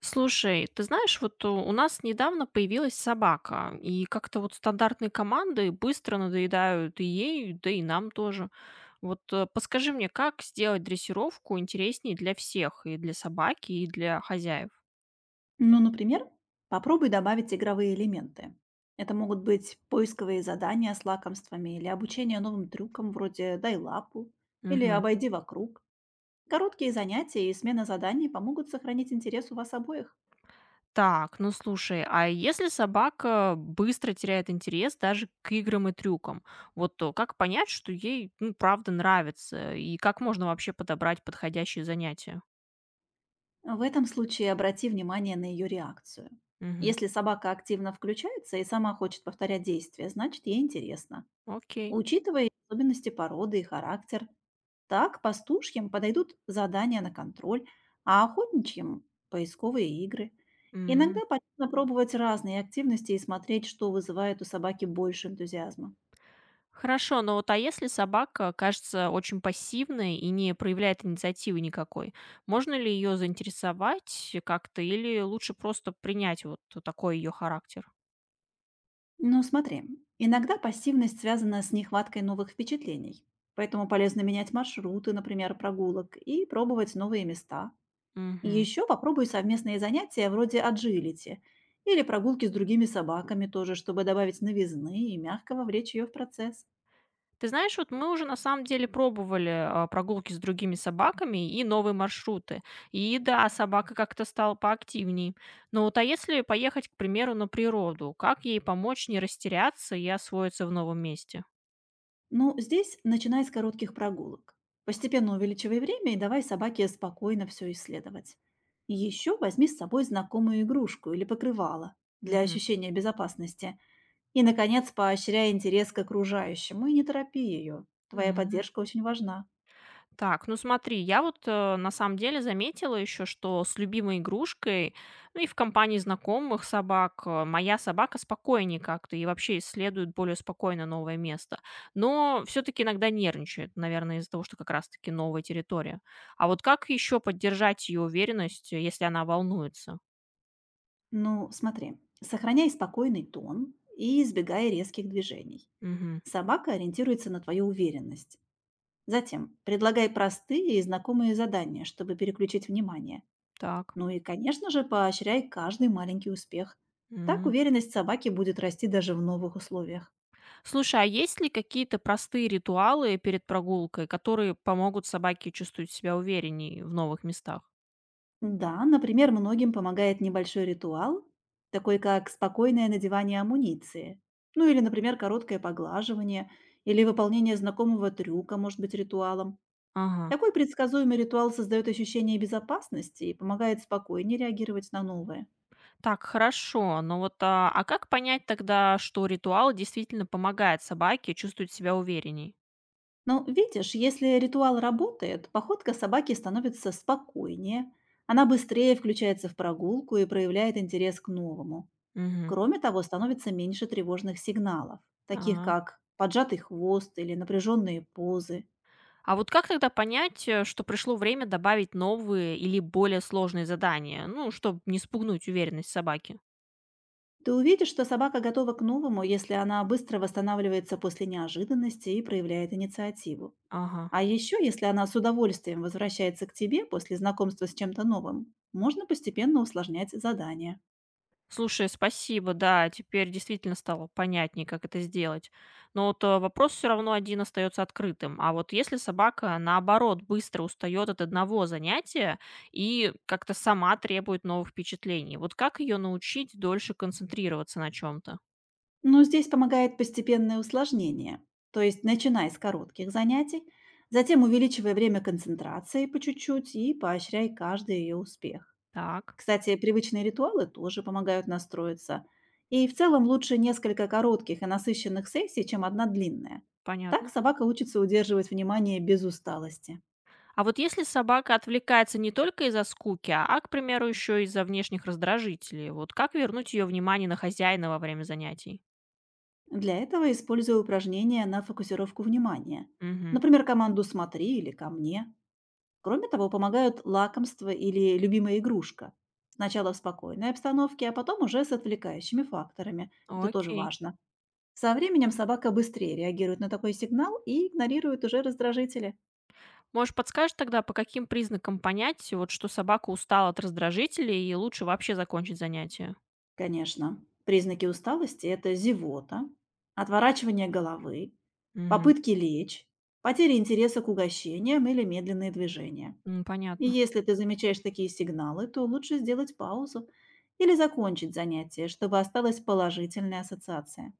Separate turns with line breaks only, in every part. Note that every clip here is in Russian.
Слушай, ты знаешь, вот у нас недавно появилась собака, и как-то вот стандартные команды быстро надоедают и ей, да и нам тоже. Вот подскажи мне, как сделать дрессировку интереснее для всех, и для собаки, и для хозяев?
Ну, например, попробуй добавить игровые элементы. Это могут быть поисковые задания с лакомствами или обучение новым трюкам вроде «дай лапу» или
Мгм.
«обойди вокруг». Короткие занятия и смена заданий помогут сохранить интерес у вас обоих.
Так, ну слушай, а если собака быстро теряет интерес даже к играм и трюкам, вот то как понять, что ей, ну, правда нравится, и как можно вообще подобрать подходящие занятия?
В этом случае обрати внимание на ее реакцию.
Мгм.
Если собака активно включается и сама хочет повторять действия, значит ей интересно.
Окей.
Учитывая особенности породы и характер. Так пастушьим подойдут задания на контроль, а охотничьим– поисковые игры.
М.
Иногда полезно пробовать разные активности и смотреть, что вызывает у собаки больше энтузиазма.
Хорошо, но вот, а если собака кажется очень пассивной и не проявляет инициативы никакой, можно ли ее заинтересовать как-то или лучше просто принять вот такой ее характер?
Но смотри, иногда пассивность связана с нехваткой новых впечатлений. Поэтому полезно менять маршруты, например, прогулок, и пробовать новые места.
Мгм.
Еще попробуй совместные занятия вроде аджилити или прогулки с другими собаками тоже, чтобы добавить новизны и мягко вовлечь ее в процесс.
Ты знаешь, вот мы уже на самом деле пробовали прогулки с другими собаками и новые маршруты. И да, собака как-то стала поактивней. Но вот, а если поехать, к примеру, на природу, как ей помочь не растеряться и освоиться в новом месте?
Ну, здесь начинай с коротких прогулок. Постепенно увеличивай время и давай собаке спокойно все исследовать. Еще возьми с собой знакомую игрушку или покрывало для
Мгм.
ощущения безопасности. И, наконец, поощряй интерес к окружающему и не торопи ее. Твоя
Мгм.
поддержка очень важна.
Так, ну смотри, я вот на самом деле заметила еще, что с любимой игрушкой, ну и в компании знакомых собак, моя собака спокойнее как-то и вообще исследует более спокойно новое место. Но все-таки иногда нервничает, наверное, из-за того, что как раз-таки новая территория. А вот как еще поддержать ее уверенность, если она волнуется?
Ну, смотри, сохраняй спокойный тон и избегай резких движений.
Мгм.
Собака ориентируется на твою уверенность. Затем предлагай простые и знакомые задания, чтобы переключить внимание.
Так.
Ну и, конечно же, поощряй каждый маленький успех. Так
М.
уверенность собаки будет расти даже в новых условиях.
Слушай, а есть ли какие-то простые ритуалы перед прогулкой, которые помогут собаке чувствовать себя увереннее в новых местах?
Да, например, многим помогает небольшой ритуал, такой как спокойное надевание амуниции. Ну или, например, короткое поглаживание или выполнение знакомого трюка может быть ритуалом.
Ага.
Такой предсказуемый ритуал создает ощущение безопасности и помогает спокойнее реагировать на новое.
Так, хорошо, но вот, а как понять тогда, что ритуал действительно помогает собаке чувствовать себя уверенней?
Но видишь, если ритуал работает, походка собаки становится спокойнее, она быстрее включается в прогулку и проявляет интерес к новому.
Мгм.
Кроме того, становится меньше тревожных сигналов, таких
А.
как поджатый хвост или напряженные позы.
А вот как тогда понять, что пришло время добавить новые или более сложные задания? Ну, чтобы не спугнуть уверенность собаки.
Ты увидишь, что собака готова к новому, если она быстро восстанавливается после неожиданности и проявляет инициативу.
Ага.
А еще, если она с удовольствием возвращается к тебе после знакомства с чем-то новым, можно постепенно усложнять задание.
Слушай, спасибо, да, теперь действительно стало понятнее, как это сделать. Но вот вопрос все равно один остается открытым. А вот если собака, наоборот, быстро устает от одного занятия и как-то сама требует новых впечатлений, вот как ее научить дольше концентрироваться на чем-то?
Но здесь помогает постепенное усложнение. То есть начинай с коротких занятий, затем увеличивай время концентрации по чуть-чуть и поощряй каждый ее успех.
Так,
Кстати, привычные ритуалы тоже помогают настроиться. И в целом лучше несколько коротких и насыщенных сессий, чем одна длинная. Так
понятно.
собака учится удерживать внимание без усталости.
А вот если собака отвлекается не только из-за скуки, а, к примеру, еще из-за внешних раздражителей, вот как вернуть ее внимание на хозяина во время занятий?
Для этого использую упражнения на фокусировку внимания.
Угу.
Например, команду «смотри» или «ко мне». Кроме того, помогают лакомство или любимая игрушка. Сначала в спокойной обстановке, а потом уже с отвлекающими факторами. Это тоже
Окей.
важно. Со временем собака быстрее реагирует на такой сигнал и игнорирует уже раздражители.
Может, подскажешь тогда, по каким признакам понять, вот, что собака устала от раздражителей и лучше вообще закончить занятие?
Конечно, признаки усталости– это зевота, отворачивание головы,
Мгм.
попытки лечь, потеря интереса к угощениям или медленные движения.
М,
И
понятно.
если ты замечаешь такие сигналы, то лучше сделать паузу или закончить занятие, чтобы осталась положительная ассоциация.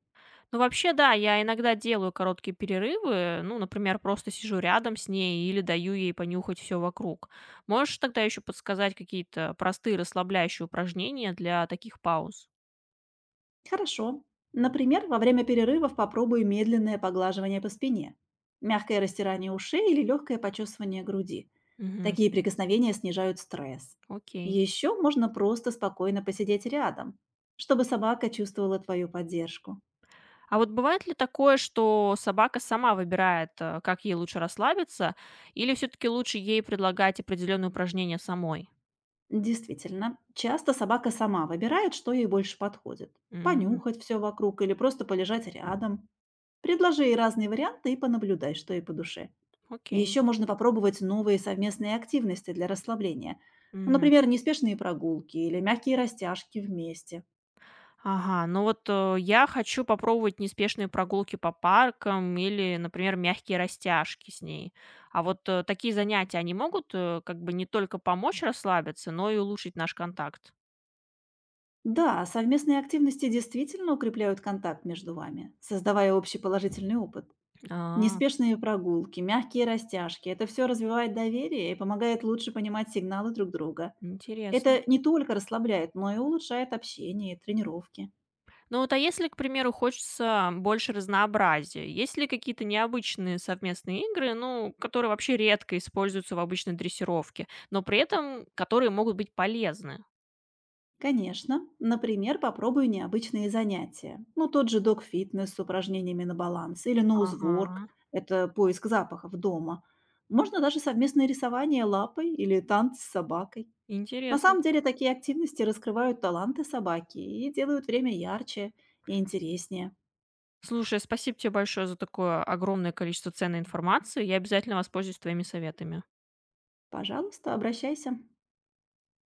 Ну, вообще, да, я иногда делаю короткие перерывы, ну, например, просто сижу рядом с ней или даю ей понюхать все вокруг. Можешь тогда еще подсказать какие-то простые расслабляющие упражнения для таких пауз?
Хорошо. Например, во время перерывов попробуй медленное поглаживание по спине, мягкое растирание ушей или легкое почесывание груди.
Мгм.
Такие прикосновения снижают стресс.
Окей.
Еще можно просто спокойно посидеть рядом, чтобы собака чувствовала твою поддержку.
А вот бывает ли такое, что собака сама выбирает, как ей лучше расслабиться, или все-таки лучше ей предлагать определенные упражнения самой?
Действительно, часто собака сама выбирает, что ей больше подходит.
М,
Понюхать все вокруг или просто полежать рядом. Предложи ей разные варианты и понаблюдай, что ей по душе.
окей.
Еще можно попробовать новые совместные активности для расслабления.
Мгм.
Например, неспешные прогулки или мягкие растяжки вместе.
Ага, ну вот я хочу попробовать неспешные прогулки по паркам или, например, мягкие растяжки с ней. А вот такие занятия, они могут как бы не только помочь расслабиться, но и улучшить наш контакт.
Да, совместные активности действительно укрепляют контакт между вами, создавая общий положительный опыт.
А,
Неспешные прогулки, мягкие растяжки– это все развивает доверие и помогает лучше понимать сигналы друг друга.
интересно.
Это не только расслабляет, но и улучшает общение и тренировки.
Ну вот, а если, к примеру, хочется больше разнообразия, есть ли какие-то необычные совместные игры, ну, которые вообще редко используются в обычной дрессировке, но при этом которые могут быть полезны?
Конечно, например, попробуй необычные занятия. Ну, тот же док-фитнес с упражнениями на баланс или ноузворк–
Ага,
это поиск запахов дома. Можно даже совместное рисование лапой или танцы с собакой. На
интересно.
самом деле такие активности раскрывают таланты собаки и делают время ярче и интереснее.
Слушай, спасибо тебе большое за такое огромное количество ценной информации. Я обязательно воспользуюсь твоими советами.
Пожалуйста, обращайся.